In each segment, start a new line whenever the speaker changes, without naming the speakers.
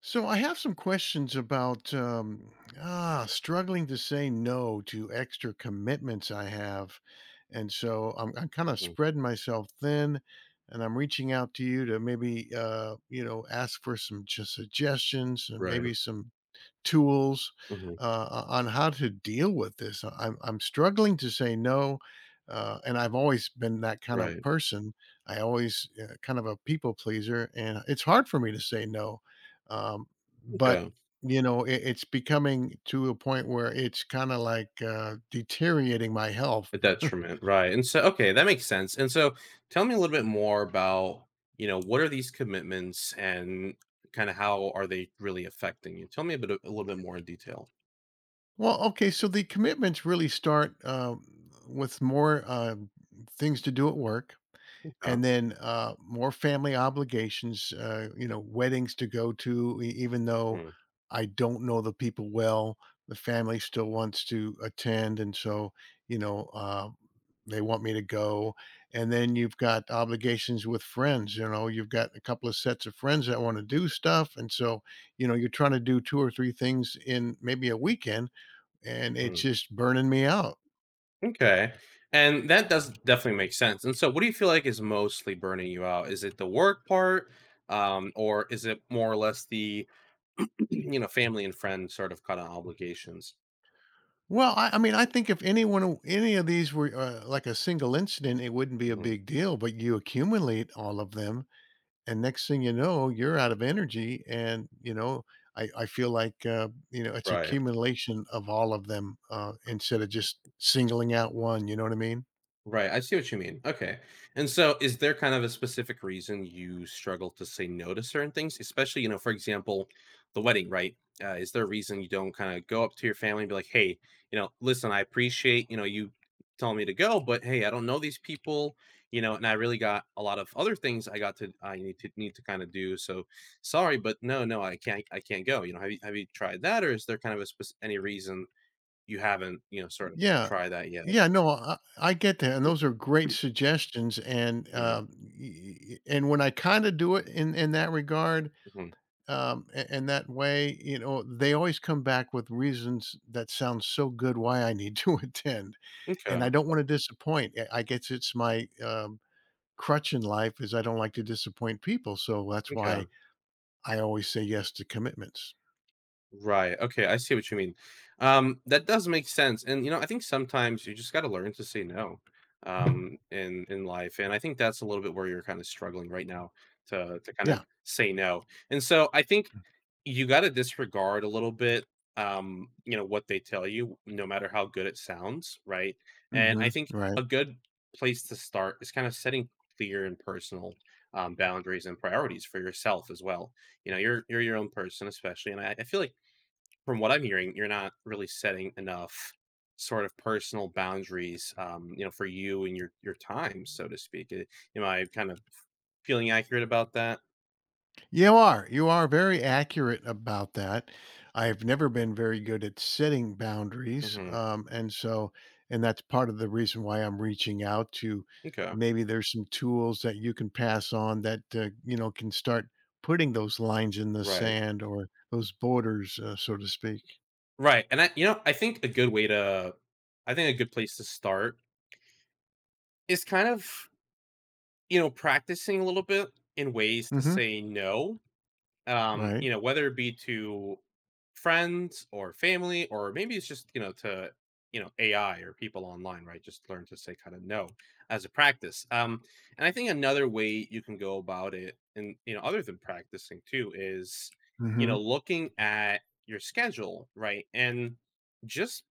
So I have some questions about struggling to say no to extra commitments I have, and so I'm kind of
Mhm.
spreading myself thin, and I'm reaching out to you to maybe you know ask for some just suggestions and
Right,
maybe some tools
mhm,
on how to deal with this. I'm struggling to say no, and I've always been that kind of
right,
person. I always kind of a people pleaser, and it's hard for me to say no. Um, but
okay.
you know, it's becoming to a point where it's kind of like deteriorating my health.
A detriment, right, and so okay, that makes sense, and so tell me a little bit more about, you know, what are these commitments and kinda how are they really affecting you? Tell me a bit a little bit more in detail.
Well, okay, so the commitments really start with more things to do at work,
Okay.
and then more family obligations, you know, weddings to go to, even though
Mm,
I don't know the people well, the family still wants to attend. And so, you know, uh, they want me to go. And then you've got obligations with friends. You know, you've got a couple of sets of friends that want to do stuff. And so, you know, you're trying to do two or three things in maybe a weekend, and it's
mm,
just burning me out.
okay, and that does definitely make sense, and so what do you feel like is mostly burning you out? Is it the work part, or is it more or less the, you know, family and friend sort of kinda obligations?
Well, I mean, I think if any of these were, like a single incident, it wouldn't be a
Mhm,
big deal, but you accumulate all of them, and next thing you know, you're out of energy. And, I feel like, it's
right.
accumulation of all of them, instead of just singling out one, you know what I mean?
Right, I see what you mean. Okay. And so is there kind of a specific reason you struggle to say no to certain things? Especially, you know, for example, the wedding, right? Is there a reason you don't kind of go up to your family and be like, hey, you know, listen, I appreciate, you know, you telling me to go, but hey, I don't know these people, you know, and I really got a lot of other things I got to I need to kind of do. So sorry, but no, no, I can't go. You know, have you tried that or is there kind of a any reason you haven't, you know, sort of
Yeah.
tried that yet?
Yeah, no, I get that, and those are great suggestions. And,
Mhm,
y y and when I kinda do it in that regard,
mhm.
And that way, you know, they always come back with reasons that sound so good why I need to attend,
Okay,
and I don't want to disappoint. I guess it's my crutch in life is I don't like to disappoint people, so that's why
okay.
I always say yes to commitments.
Right. Okay, I see what you mean. That does make sense. And you know, I think sometimes you just gotta learn to say no in life. And I think that's a little bit where you're kind of struggling right now to kind of
Yeah.
say no. And so I think you got to disregard a little bit you know what they tell you no matter how good it sounds, right? And I
Hmm.
think
Right.
a good place to start is kind of setting clear and personal boundaries and priorities for yourself as well. You know, you're your own person, especially, and I feel like from what I'm hearing, you're not really setting enough sort of personal boundaries, you know, for you and your time, so to speak. Am I kind of feeling accurate about that?
You are. You are very accurate about that. I've never been very good at setting boundaries.
Hmm,
And so, and that's part of the reason why I'm reaching out to
okay,
maybe there's some tools that you can pass on that, you know, can start putting those lines in the
right.
sand or those borders, so to speak.
Right, and I, you know, I think a good place to start is kind of, you know, practicing a little bit in ways to
Hmm.
say no,
Right.
you know, whether it be to friends or family or maybe it's just, you know, to, you know, AI or people online, right? Just learn to say kind of no as a practice. And I think another way you can go about it, and, you know, other than practicing too, is, you know,
Hmm.
looking at your schedule, right? And just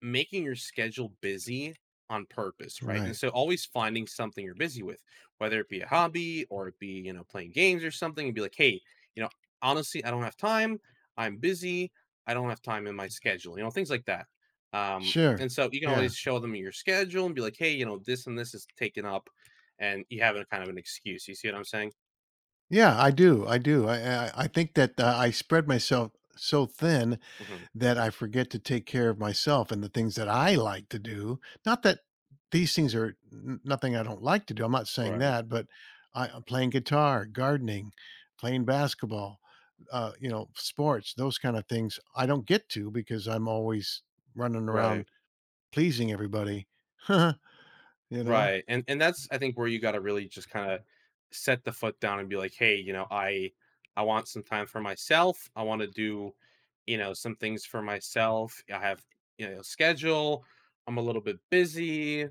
making your schedule busy on purpose, right? And
Right.
so always finding something you're busy with, whether it be a hobby or it be, you know, playing games or something, and be like, hey, you know, honestly, I don't have time. I'm busy. I don't have time in my schedule, you know, things like that.
Sure.
And so you can
Yeah.
always show them your schedule and be like, hey, you know, this and this is taken up. And you have a kind of an excuse. You see what I'm saying?
Yeah, I do. I do. I think that I spread myself so thin
Hmm.
that I forget to take care of myself and the things that I like to do. Not that these things are nothing I don't like to do. I'm not saying
Right,
that, but I'm playing guitar, gardening, playing basketball, you know, sports, those kind of things. I don't get to because I'm always running
right.
around pleasing everybody. you know,
Right, and that's I think where you gotta really just kinda set the foot down and be like, "Hey, you know, I want some time for myself. I wanna do, you know, some things for myself. I have, you know, schedule. I'm a little bit busy."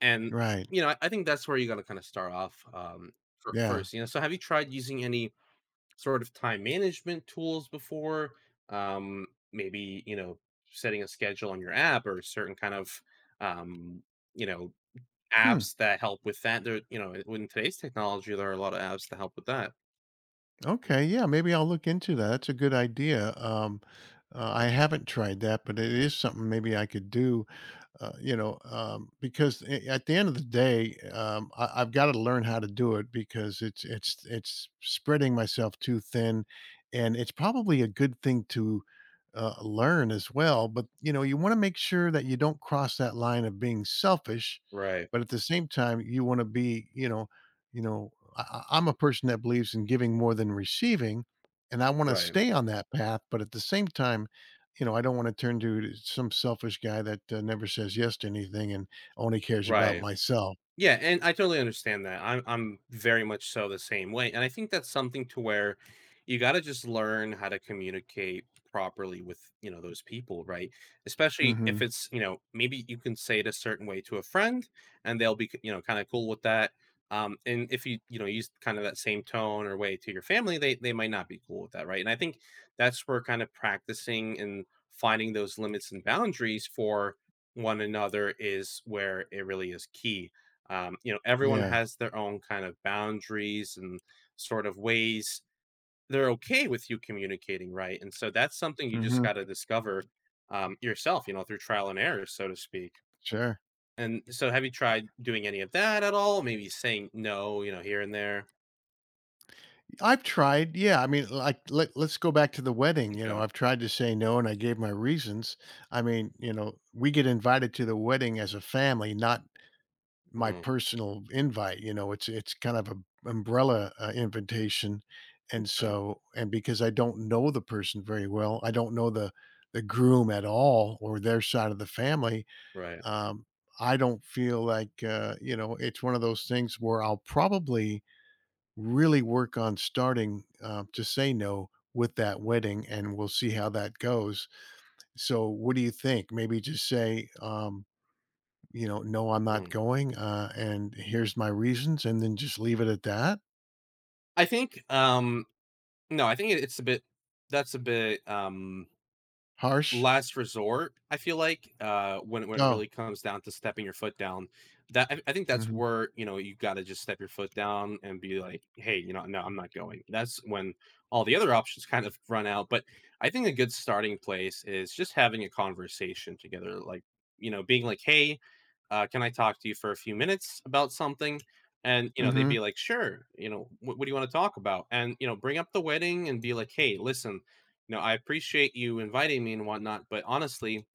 And,
right?
you know, I think that's where you gotta kinda start off fir
Yeah.
first, you know? So have you tried using any sort of time management tools before? Maybe, you know, setting a schedule on your app or a certain kind of, um, you know,
Hmm.
apps that help with that. There, you know, in today's technology, there are a lot of apps that help with that.
Okay. Yeah. Maybe I'll look into that. That's a good idea. I haven't tried that, but it is something maybe I could do, because at the end of the day, I've got to learn how to do it because it's spreading myself too thin, and it's probably a good thing to learn as well. But you know, you want to make sure that you don't cross that line of being selfish,
Right,
but at the same time, you want to be, I'm a person that believes in giving more than receiving, and I want to
right,
stay on that path. But at the same time, you know, I don't want to turn to some selfish guy that never says yes to anything and only cares about
right.
myself.
Yeah, and I totally understand that. I'm very much so the same way. And I think that's something to where you got to just learn how to communicate properly with, you know, those people, right? Especially if
Hmm.
it's, you know, maybe you can say it a certain way to a friend and they'll be, you know, kind of cool with that. And if you, you know, use kind of that same tone or way to your family, they might not be cool with that, right? And I think that's where kind of practicing and finding those limits and boundaries for one another is where it really is key. You know, everyone
Yeah.
has their own kind of boundaries and sort of ways they're okay with you communicating, right? And so that's something you just
Hmm.
got to discover, yourself, you know, through trial and error, so to speak.
Sure.
And so, have you tried doing any of that at all? Maybe saying no, you know, here and there.
I've tried. Yeah. I mean, like, let's go back to the wedding. You know,
Okay.
I've tried to say no and I gave my reasons. I mean, you know, we get invited to the wedding as a family, not my
Hmm.
personal invite. You know, it's kind of a umbrella invitation, and
Okay.
so and because I don't know the person very well, I don't know the groom at all or their side of the family.
Right.
Um, I don't feel like you know it's one of those things where I'll probably really work on starting to say no with that wedding, and we'll see how that goes. So, what do you think? Maybe just say. You know, "No, I'm not
Hmm.
going, and here's my reasons," and then just leave it at that?
I think. No, I think it's a bit. That's a bit,
Harsh?
last resort, I feel like, when it
Oh.
really comes down to stepping your foot down, that I think that's
Mhm,
where, you know, you gotta just step your foot down and be like, "Hey, you know, no, I'm not going." That's when all the other options kind of run out, but I think a good starting place is just having a conversation together, like, you know, being like, "Hey, can I talk to you for a few minutes about something?" And, you know, they'd
mhm,
be like, "Sure," you know, What do you wanna talk about?" And, you know, bring up the wedding and be like, "Hey, listen, you know, I appreciate you inviting me and whatnot, but honestly,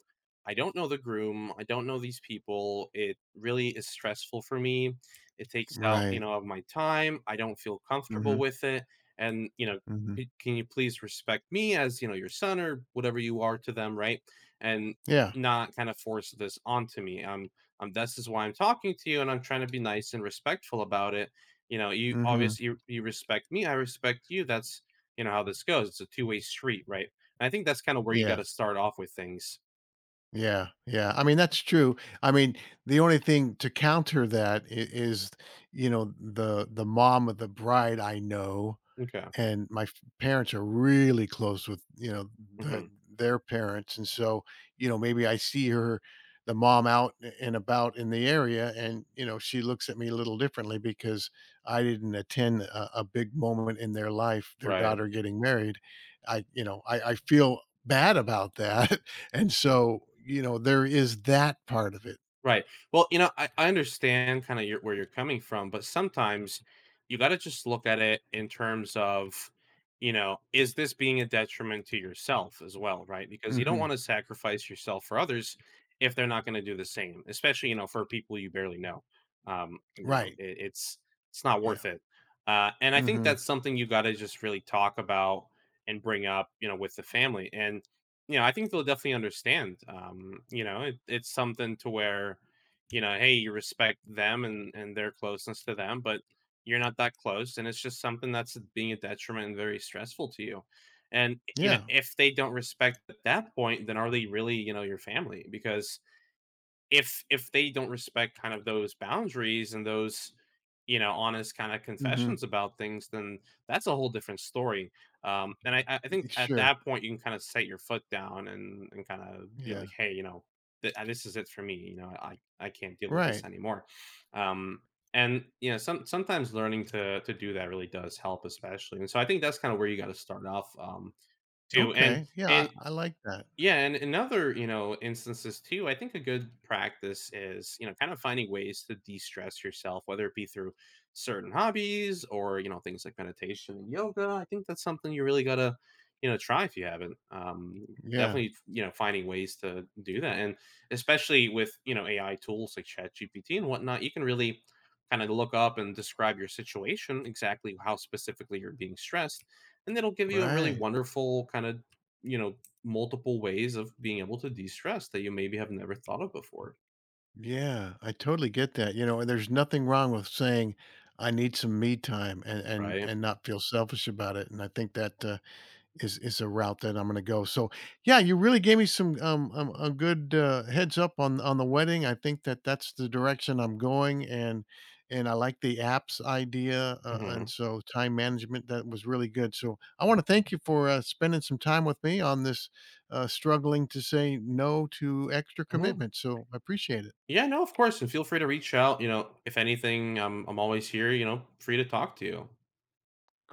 I don't know the groom, I don't know these people, it really is stressful for me, it takes out, you
right,
know, of my time, I don't feel comfortable
mhm,
with it, and, you know,
mhm,
"C can you please respect me as, you know, your son or whatever you are to them," right? And
yeah,
not kinda force this onto me, "This is why I'm talking to you, and I'm trying to be nice and respectful about it, you know, you
mm mhm,
obviously you respect me, I respect you, that's, you know, how this goes, it's a two-way street," right? And I think that's kinda where you
yeah,
gotta start off with things.
yeah, yeah, I mean, that's true. I mean, the only thing to counter that I is, you know, the mom of the bride I know,
Okay.
and my parents are really close with, you know, the,
Mhm.
their parents. And so, you know, maybe I see her, the mom, out and about in the area, and you know she looks at me a little differently because I didn't attend a big moment in their life, their
Right.
daughter getting married. I you know i, I feel bad about that and so you know there is that part of it.
Right. Well, you know, I understand kind of your, where you're coming from, but sometimes you got to just look at it in terms of, you know, is this being a detriment to yourself as well, right? Because you don't
Hmm.
want to sacrifice yourself for others if they're not going to do the same, especially, you know, for people you barely know. You know,
Right.
it's not
Yeah.
worth it. And I think
Hmm.
that's something you got to just really talk about and bring up, you know, with the family. And you know, I think they'll definitely understand. You know, it's something to where, you know, hey, you respect them and their closeness to them, but you're not that close, and it's just something that's being a detriment and very stressful to you. And you know,
Yeah.
if they don't respect at that point, then are they really, you know, your family? Because if they don't respect kind of those boundaries and those, you know, honest kind of
Hmm.
confessions about things, then that's a whole different story. And I think at
Sure.
that point you can kind of set your foot down and kind of be
Yeah.
like, hey, you know, this is it for me, you know, I can't deal with this
Right.
anymore. um and you know, sometimes learning to do that really does help, especially, and so I think that's kind of where you got to start off, too.
Okay. Yeah,
And
I like that.
yeah, and in other, you know, instances too, I think a good practice is, you know, kind of finding ways to de-stress yourself, whether it be through certain hobbies or, you know, things like meditation and yoga. I think that's something you really gotta, you know, try if you haven't.
Yeah.
Definitely, you know, finding ways to do that. And especially with, you know, AI tools like ChatGPT and whatnot, you can really kind of look up and describe your situation, exactly how specifically you're being stressed, and it'll give you a really
Right.
wonderful kind of, you know, multiple ways of being able to de-stress that you maybe have never thought of before,
Yeah, I totally get that. You know, and there's nothing wrong with saying, "I need some me time,"
right?
and not feel selfish about it. And I think that, uh, is a route that I'm gonna go. So, yeah, you really gave me some, a good, heads up on the wedding. I think that that's the direction I'm going, and I like the apps idea, and
Mhm,
so time management, that was really good. So, I wanna thank you for, spending some time with me on this, struggling to say no to extra
mhm.
commitment. So, I appreciate it.
Yeah, no, of course, and feel free to reach out, you know, if anything, I'm always here, you know, free to talk to you.